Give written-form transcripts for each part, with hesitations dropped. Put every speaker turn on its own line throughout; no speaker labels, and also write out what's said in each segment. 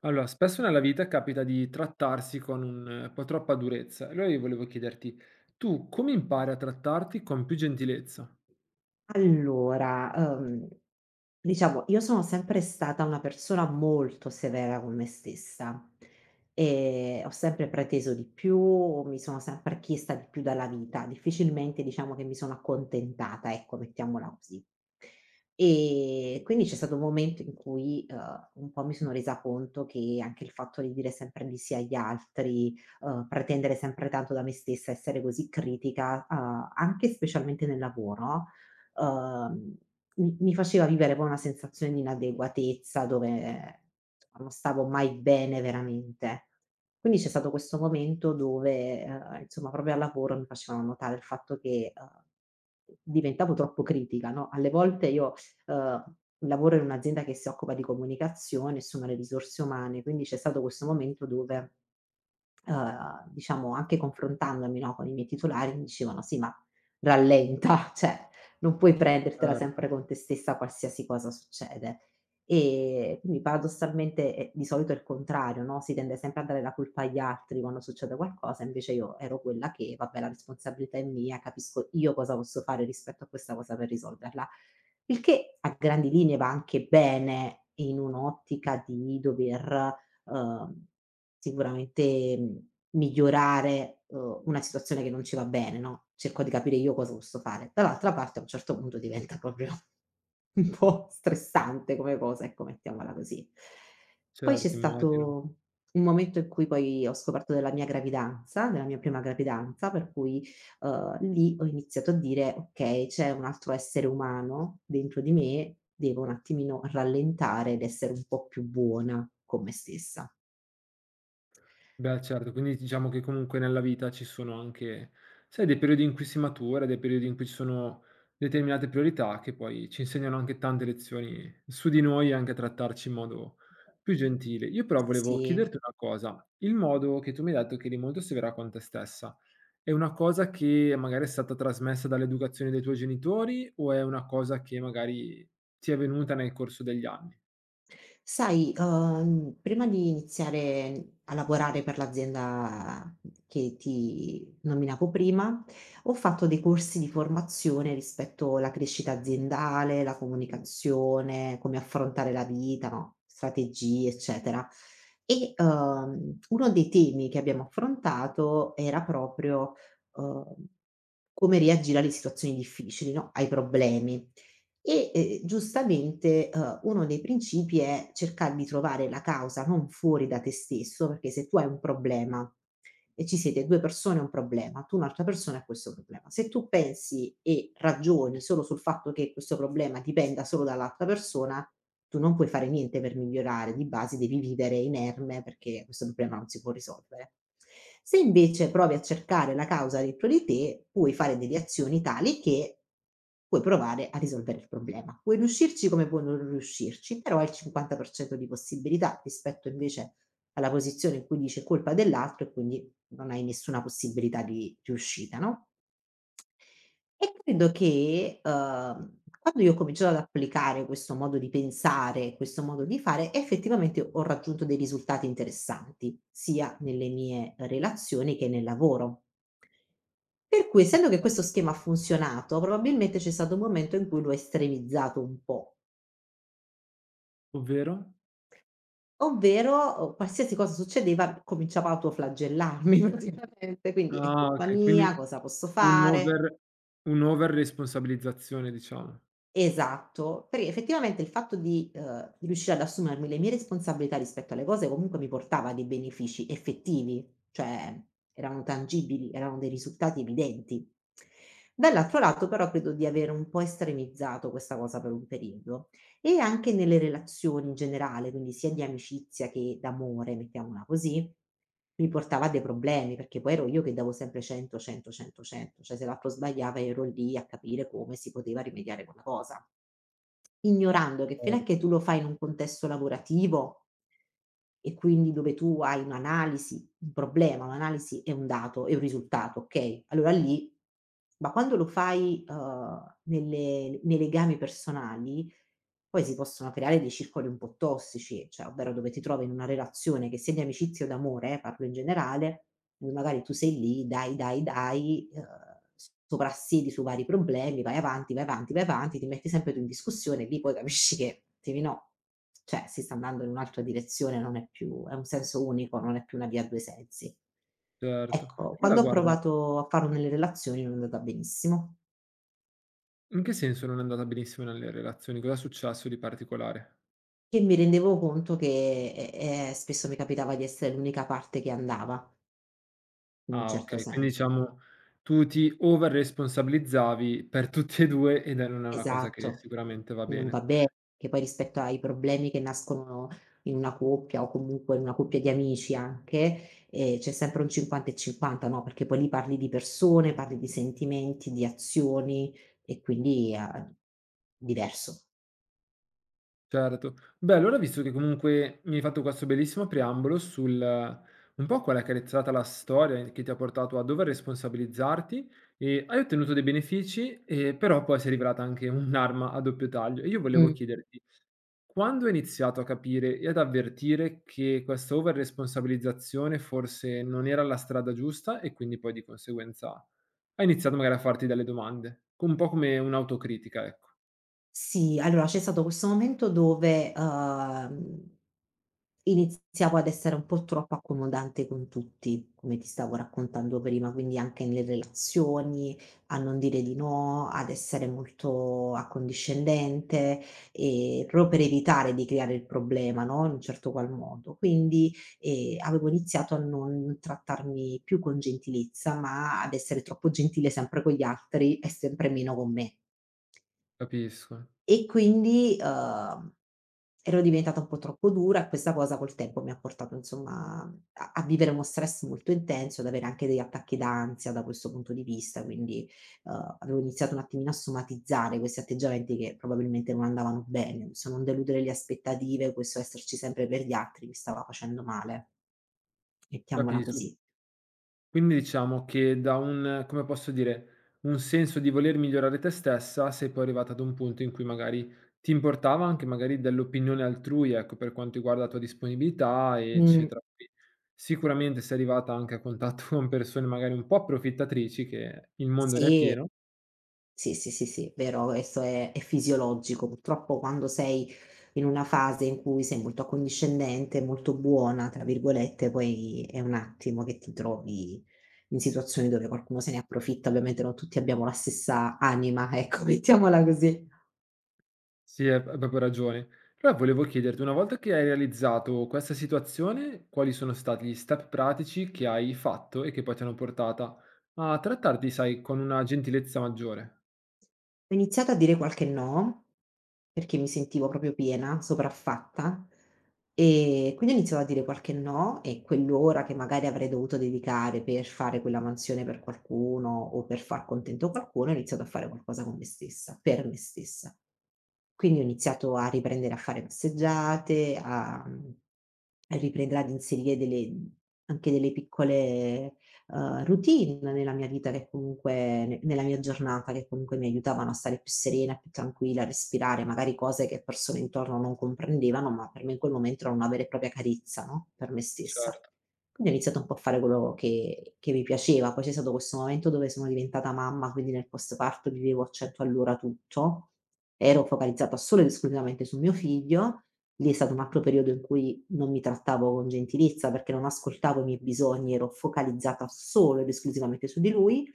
Allora, spesso nella vita capita di trattarsi con un po' troppa durezza. Allora io volevo chiederti, tu come impari a trattarti con più gentilezza?
Allora, diciamo io sono sempre stata una persona molto severa con me stessa, ho sempre preteso di più, mi sono sempre chiesta di più dalla vita, difficilmente diciamo che mi sono accontentata, ecco, mettiamola così. Quindi c'è stato un momento in cui, un po' mi sono resa conto che anche il fatto di dire sempre di sì agli altri, pretendere sempre tanto da me stessa, essere così critica, anche e specialmente nel lavoro, uhm, mi faceva vivere poi una sensazione di inadeguatezza dove insomma non stavo mai bene veramente. Quindi c'è stato questo momento dove, insomma proprio al lavoro mi facevano notare il fatto che, diventavo troppo critica, no, alle volte io uhm, lavoro in un'azienda che si occupa di comunicazione, insomma le risorse umane, quindi c'è stato questo momento dove, diciamo anche confrontandomi, no, con i miei titolari mi dicevano: "Sì, ma rallenta, cioè non puoi prendertela
Certo,
sempre con te stessa qualsiasi cosa succede." Quindi paradossalmente è di solito è il contrario, no, si tende sempre a dare la colpa agli altri quando succede qualcosa, invece io ero quella che: "Vabbè, la responsabilità è mia, capisco io cosa posso fare rispetto a questa cosa per risolverla." Il che a grandi linee va anche bene in un'ottica di dover uhm, sicuramente, migliorare, una situazione che non ci va bene, no, cerco di capire io cosa posso fare. Dall'altra parte a un certo punto diventa proprio un po' stressante come cosa, ecco, mettiamola così. Poi c'è
certo, immagino.
stato un momento in cui poi ho scoperto della mia gravidanza, della mia prima gravidanza, per cui, lì ho iniziato a dire: "Okay, c'è un altro essere umano dentro di me, devo un attimino rallentare ed essere un po' più buona con me stessa".
Beh, certo, quindi diciamo che comunque nella vita ci sono anche, sai, dei periodi in cui si matura, dei periodi in cui ci sono determinate priorità che poi ci insegnano anche tante lezioni su di noi e anche a trattarci in modo più gentile. Io però volevo
Sì.
chiederti una cosa, il modo che tu mi hai detto che eri molto severa con te stessa. È una cosa che magari è stata trasmessa dall'educazione dei tuoi genitori o è una cosa che magari ti è venuta nel corso degli anni?
Sai, prima di iniziare a lavorare per l'azienda che ti nominavo prima, ho fatto dei corsi di formazione rispetto la crescita aziendale, la comunicazione, come affrontare la vita, no, strategie, eccetera. E, uno dei temi che abbiamo affrontato era proprio, uhm, come reagire alle situazioni difficili, no, ai problemi. E, giustamente, uno dei principi è cercar di trovare la causa non fuori da te stesso, perché se tu hai un problema e ci siete 2 persone, è un problema, tu un'altra persona e questo problema. Se tu pensi e ragioni solo sul fatto che questo problema dipenda solo dall'altra persona, tu non puoi fare niente per migliorare, di base devi vivere inerme perché questo problema non si può risolvere. Se invece provi a cercare la causa dentro di te, puoi fare delle azioni tali che puoi provare a risolvere il problema. Puoi riuscirci come puoi non riuscirci, però hai il 50% di possibilità rispetto invece alla posizione in cui dici: "È colpa dell'altro" e quindi non hai nessuna possibilità di riuscita, no? E credo che, quando io ho cominciato ad applicare questo modo di pensare, questo modo di fare, effettivamente ho raggiunto dei risultati interessanti, sia nelle mie relazioni che nel lavoro. Per cui, essendo che
Okay,
questo schema ha funzionato, probabilmente c'è stato un momento in cui l'ho estremizzato un po',
ovvero?
ovvero, qualsiasi cosa succedeva cominciavo a autoflagellarmi praticamente, quindi: "È
Ah
colpa
okay, quindi
mia, cosa posso
un
fare?"
over un'over responsabilizzazione diciamo.
Esatto, perché effettivamente il fatto di riuscire ad assumermi le mie responsabilità rispetto alle cose comunque mi portava dei benefici effettivi, cioè erano tangibili, erano dei risultati evidenti. Dall'altro lato però credo di avere un po' estremizzato questa cosa per un periodo. E anche nelle relazioni in generale, quindi sia di amicizia che d'amore, mettiamola così, mi portava a dei problemi, perché poi ero io che davo sempre 100, 100, 100, 100, cioè se l'altro sbagliava ero lì a capire come si poteva rimediare quella cosa. Ignorando che
Cer
finché tu lo fai in un contesto lavorativo e quindi dove tu hai un'analisi, un problema, un'analisi e un dato e un risultato, okay, allora lì ma quando lo fai, nelle nei legami personali, poi si possono creare dei circoli un po' tossici, cioè ovvero dove ti trovi in una relazione che sia di amicizia o d'amore, parlo in generale dove magari tu sei lì, dai, dai, dai, s soprassiedi su vari problemi, vai avanti, vai avanti, vai avanti, ti metti sempre tu in discussione e lì poi capisci che dici: "No, cioè si sta andando in un'altra direzione, non è più è un senso unico, non è più una via a 2 sensi".
certo.
Ecco,
Allora
quando ho
guarda,
provato a farlo nelle relazioni non è andata benissimo,
in che senso non è andata benissimo nelle relazioni? Cos'è successo di particolare?
che mi rendevo conto che, spesso mi capitava di essere l'unica parte che andava, in un
Ah
certo
okay, quindi
senso.
diciamo tu ti over responsabilizzavi per tutti e 2 ed è non è una cosa che
Esatto.
sicuramente va
Non va
bene.
bene, che poi rispetto ai problemi che nascono in una coppia o comunque in una coppia di amici anche, c'è sempre un 50 e 50, no, perché poi lì parli di persone, parli di sentimenti, di azioni e quindi a diverso.
Certo. Beh, allora visto che comunque mi hai fatto questo bellissimo preambolo sul un po' qual è che è stata la storia che ti ha portato a dover responsabilizzarti e hai ottenuto dei benefici, però poi si è rivelata anche un'arma a doppio taglio. E io volevo
Mh,
chiederti: quando hai iniziato a capire e ad avvertire che questa over-responsabilizzazione forse non era la strada giusta e quindi poi di conseguenza hai iniziato magari a farti delle domande, co un po' come un'autocritica, ecco.
sì, allora c'è stato questo momento dove, iniziavo ad essere un po' troppo accomodante con tutti, come ti stavo raccontando prima, quindi anche nelle relazioni, a non dire di no, ad essere molto accondiscendente, proprio per evitare di creare il problema, no, in un certo qual modo. Quindi, avevo iniziato a non trattarmi più con gentilezza, ma ad essere troppo gentile sempre con gli altri e sempre meno con me.
Capisco,
E quindi, ero diventata un po' troppo dura e questa cosa col tempo mi ha portato insomma a vivere uno stress molto intenso, ad avere anche degli attacchi d'ansia da questo punto di vista, quindi, avevo iniziato un attimino a somatizzare questi atteggiamenti che probabilmente non andavano bene. Questo non deludere le aspettative, questo esserci sempre per gli altri mi stava facendo male, mettiamola
capisco.
così.
Quindi diciamo che da un come posso dire, un senso di voler migliorare te stessa, sei poi arrivata ad un punto in cui magari ti importava anche magari dell'opinione altrui, ecco, per quanto riguarda la tua disponibilità,
Mh,
eccetera. Qui sicuramente sei arrivata anche a contatto con persone magari un po' approfittatrici, che il mondo ne è
sì.
pieno.
Sì, sì, sì, sì, vero, questo è fisiologico. Purtroppo quando sei in una fase in cui sei molto accondiscendente, molto "buona", tra virgolette, poi è un attimo che ti trovi in situazioni dove qualcuno se ne approfitta. Ovviamente non tutti abbiamo la stessa anima, ecco, mettiamola così.
Sì, hai proprio ragione. Però volevo chiederti, una volta che hai realizzato questa situazione, quali sono stati gli step pratici che hai fatto e che poi ti hanno portata a trattarti, sai, con una gentilezza maggiore?
Ho iniziato a dire qualche no, perché mi sentivo proprio piena, sopraffatta, e quindi ho iniziato a dire qualche no e quell'ora che magari avrei dovuto dedicare per fare quella mansione per qualcuno o per far contento qualcuno, ho iniziato a fare qualcosa con me stessa, per me stessa. Quindi ho iniziato a riprendere a fare passeggiate, a, a riprendere ad inserire delle anche delle piccole routine nella mia vita che comunque ne nella mia giornata che comunque mi aiutavano a stare più serena, più tranquilla, a respirare, magari cose che persone intorno non comprendevano, ma per me in quel momento era una vera e propria carezza, no, per me stessa.
Certo.
Quindi ho iniziato un po' a fare quello che mi piaceva. Poi c'è stato questo momento dove sono diventata mamma, quindi nel postparto vivevo a 100 all'ora tutto, ero focalizzata solo ed esclusivamente sul mio figlio. Lì è stato un altro periodo in cui non mi trattavo con gentilezza, perché non ascoltavo i miei bisogni, ero focalizzata solo ed esclusivamente su di lui.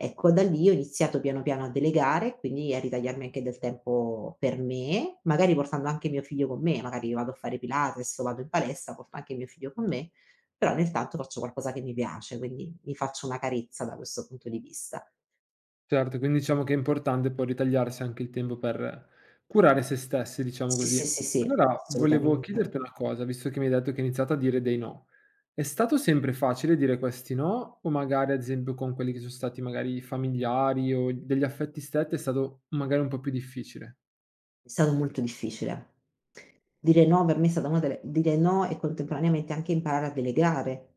Ecco, da lì ho iniziato piano piano a delegare, quindi a ritagliarmi anche del tempo per me, magari portando anche mio figlio con me, magari vado a fare Pilates o vado in palestra, porto anche mio figlio con me, però nel tanto faccio qualcosa che mi piace, quindi mi faccio una carezza da questo punto di vista.
Certo, quindi diciamo che è importante poi ritagliarsi anche il tempo per curare se stessi, diciamo
Sì,
così.
sì, sì, sì,
Allora volevo
assolutamente.
chiederti una cosa, visto che mi hai detto che hai iniziato a dire dei no. È stato sempre facile dire questi no? O magari ad esempio con quelli che sono stati magari familiari o degli affetti stretti è stato magari un po' più difficile?
È stato molto difficile. Dire no per me è stata una delle dire no e contemporaneamente anche imparare a delegare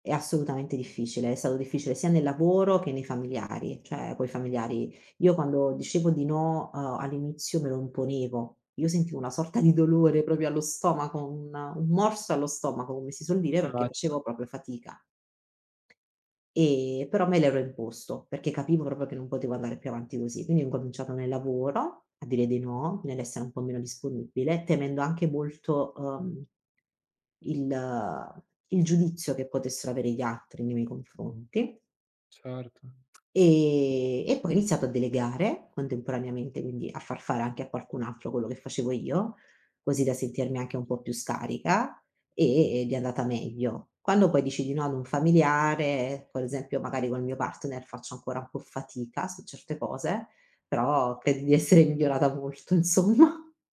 è assolutamente difficile. È stato difficile sia nel lavoro che nei familiari, cioè coi familiari io quando dicevo di no, all'inizio me lo imponevo. Io sentivo una sorta di dolore proprio allo stomaco, un morso allo stomaco, come si suol dire, perché
Immagino,
facevo proprio fatica. Però me l'ero imposto, perché capivo proprio che non potevo andare più avanti così. Quindi ho incominciato nel lavoro a dire di no, nell'essere un po' meno disponibile, temendo anche molto, il il giudizio che potessero avere gli altri nei miei confronti.
certo.
E poi ho iniziato a delegare contemporaneamente, quindi a far fare anche a qualcun altro quello che facevo io, così da sentirmi anche un po' più scarica ed è andata meglio. Quando poi dici di no ad un familiare, per esempio magari col mio partner faccio ancora un po' fatica su certe cose, però credo di essere migliorata molto insomma.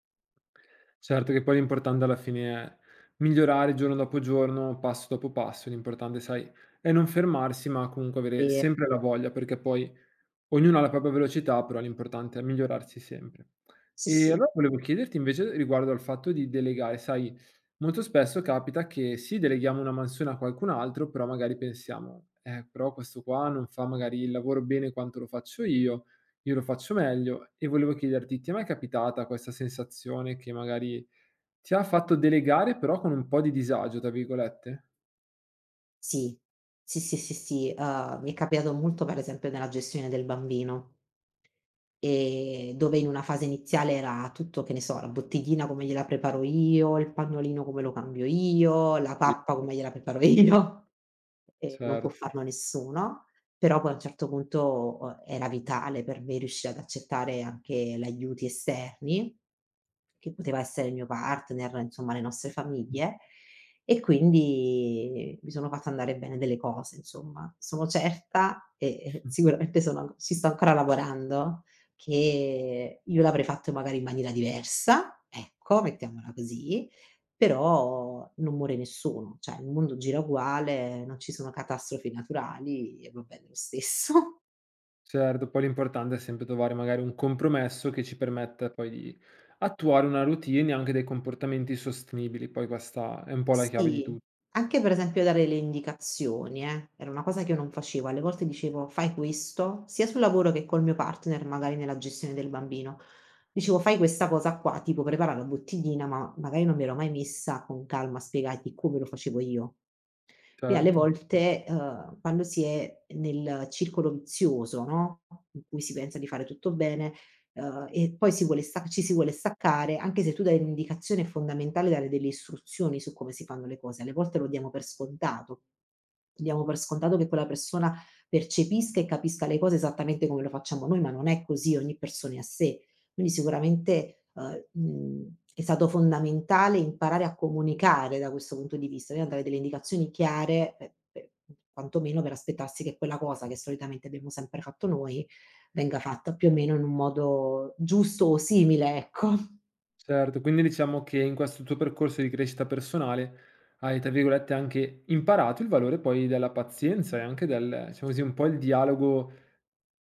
Certo che poi l'importante alla fine è migliorare giorno dopo giorno, passo dopo passo, l'importante sai è non fermarsi, ma comunque avere sempre la voglia, perché poi ognuno ha la propria velocità, però l'importante è migliorarsi sempre.
Sì,
E
sì.
allora volevo chiederti invece riguardo al fatto di delegare, sai, molto spesso capita che sì, deleghiamo una mansione a qualcun altro, però magari pensiamo, però questo qua non fa magari il lavoro bene quanto lo faccio io lo faccio meglio. E volevo chiederti, ti è mai capitata questa sensazione che magari ti ha fatto delegare, però con un po' di disagio, tra virgolette?
Sì, sì, sì, sì, sì, mi è capitato molto per esempio nella gestione del bambino. Dove in una fase iniziale era tutto, che ne so, la bottiglina come gliela preparo io, il pannolino come lo cambio io, la
Sì,
pappa come gliela preparo io, e non può
certo.
farlo nessuno. Però poi a un certo punto, era vitale per me riuscire ad accettare anche l'aiuti esterni, che poteva essere il mio partner, insomma le nostre famiglie, e quindi mi sono fatta andare bene delle cose insomma. Sono certa e sicuramente sono an ci sto ancora lavorando, che io l'avrei fatto magari in maniera diversa, ecco, mettiamola così, però non muore nessuno, cioè il mondo gira uguale, non ci sono catastrofi naturali e va bene lo stesso.
Certo, poi l'importante è sempre trovare magari un compromesso che ci permetta poi di attuare una routine e anche dei comportamenti sostenibili, poi questa è un po' la chiave di
Sì,
tutto.
anche per esempio dare le indicazioni, era una cosa che io non facevo. Alle volte dicevo: "Fai questo", sia sul lavoro che col mio partner, magari nella gestione del bambino. Dicevo: "Fai questa cosa qua", tipo prepara la bottiglina, ma magari non mi ero mai messa con calma a spiegargli come lo facevo io. E alle
Certo,
volte, quando si è nel circolo vizioso, no, in cui si pensa di fare tutto bene, e poi si vuole sta ci si vuole staccare, anche se tu dai un'indicazione è fondamentale dare delle istruzioni su come si fanno le cose, alle volte lo diamo per scontato. Diamo per scontato che quella persona percepisca e capisca le cose esattamente come lo facciamo noi, ma non è così, ogni persona è a sé. Quindi sicuramente, è stato fondamentale imparare a comunicare da questo punto di vista, quindi a dare delle indicazioni chiare per quantomeno per aspettarsi che quella cosa che solitamente abbiamo sempre fatto noi, venga fatta più o meno in un modo giusto o simile, ecco.
certo. Quindi diciamo che in questo tuo percorso di crescita personale hai, tra virgolette, anche imparato il valore poi della pazienza e anche del, diciamo così, un po' il dialogo,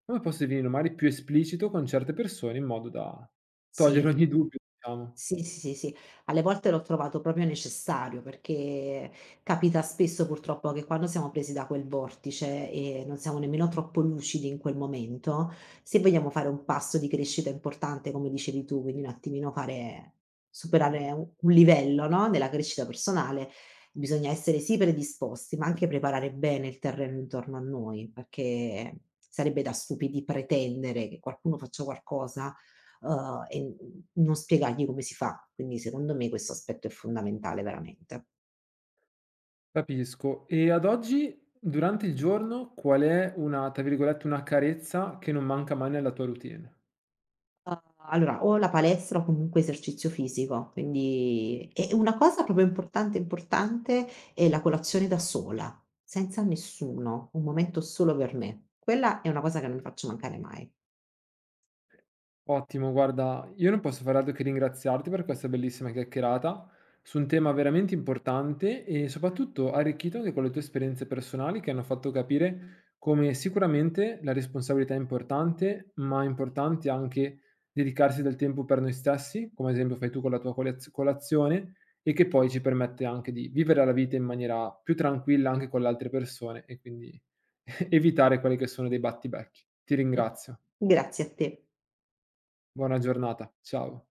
come posso definirlo, magari più esplicito con certe persone in modo da
Sì.
togliere ogni dubbio, diciamo.
Sì, sì, sì, sì. Alle volte l'ho trovato proprio necessario, perché capita spesso purtroppo che quando siamo presi da quel vortice e non siamo nemmeno troppo lucidi in quel momento, se vogliamo fare un passo di crescita importante, come dicevi tu, quindi un attimino fare superare u un livello, no, nella crescita personale, bisogna essere sì predisposti, ma anche preparare bene il terreno intorno a noi, perché sarebbe da stupidi pretendere che qualcuno faccia qualcosa uhm, e non spiegargli come si fa. Quindi secondo me questo aspetto è fondamentale veramente.
Capisco. E ad oggi, durante il giorno, qual è una tra virgolette, una carezza che non manca mai nella tua routine?
Uhm, allora o la palestra o comunque esercizio fisico, quindi una cosa proprio importante, importante è la colazione da sola, senza nessuno, un momento solo per me. Quella è una cosa che non faccio mancare mai.
Ottimo, guarda, io non posso fare altro che ringraziarti per questa bellissima chiacchierata su un tema veramente importante e soprattutto arricchito anche con le tue esperienze personali che hanno fatto capire come sicuramente la responsabilità è importante, ma è importante anche dedicarsi del tempo per noi stessi, come ad esempio fai tu con la tua colazione, e che poi ci permette anche di vivere la vita in maniera più tranquilla anche con le altre persone e quindi evitare quelli che sono dei battibecchi. Ti ringrazio.
Grazie a te.
Buona giornata. Ciao.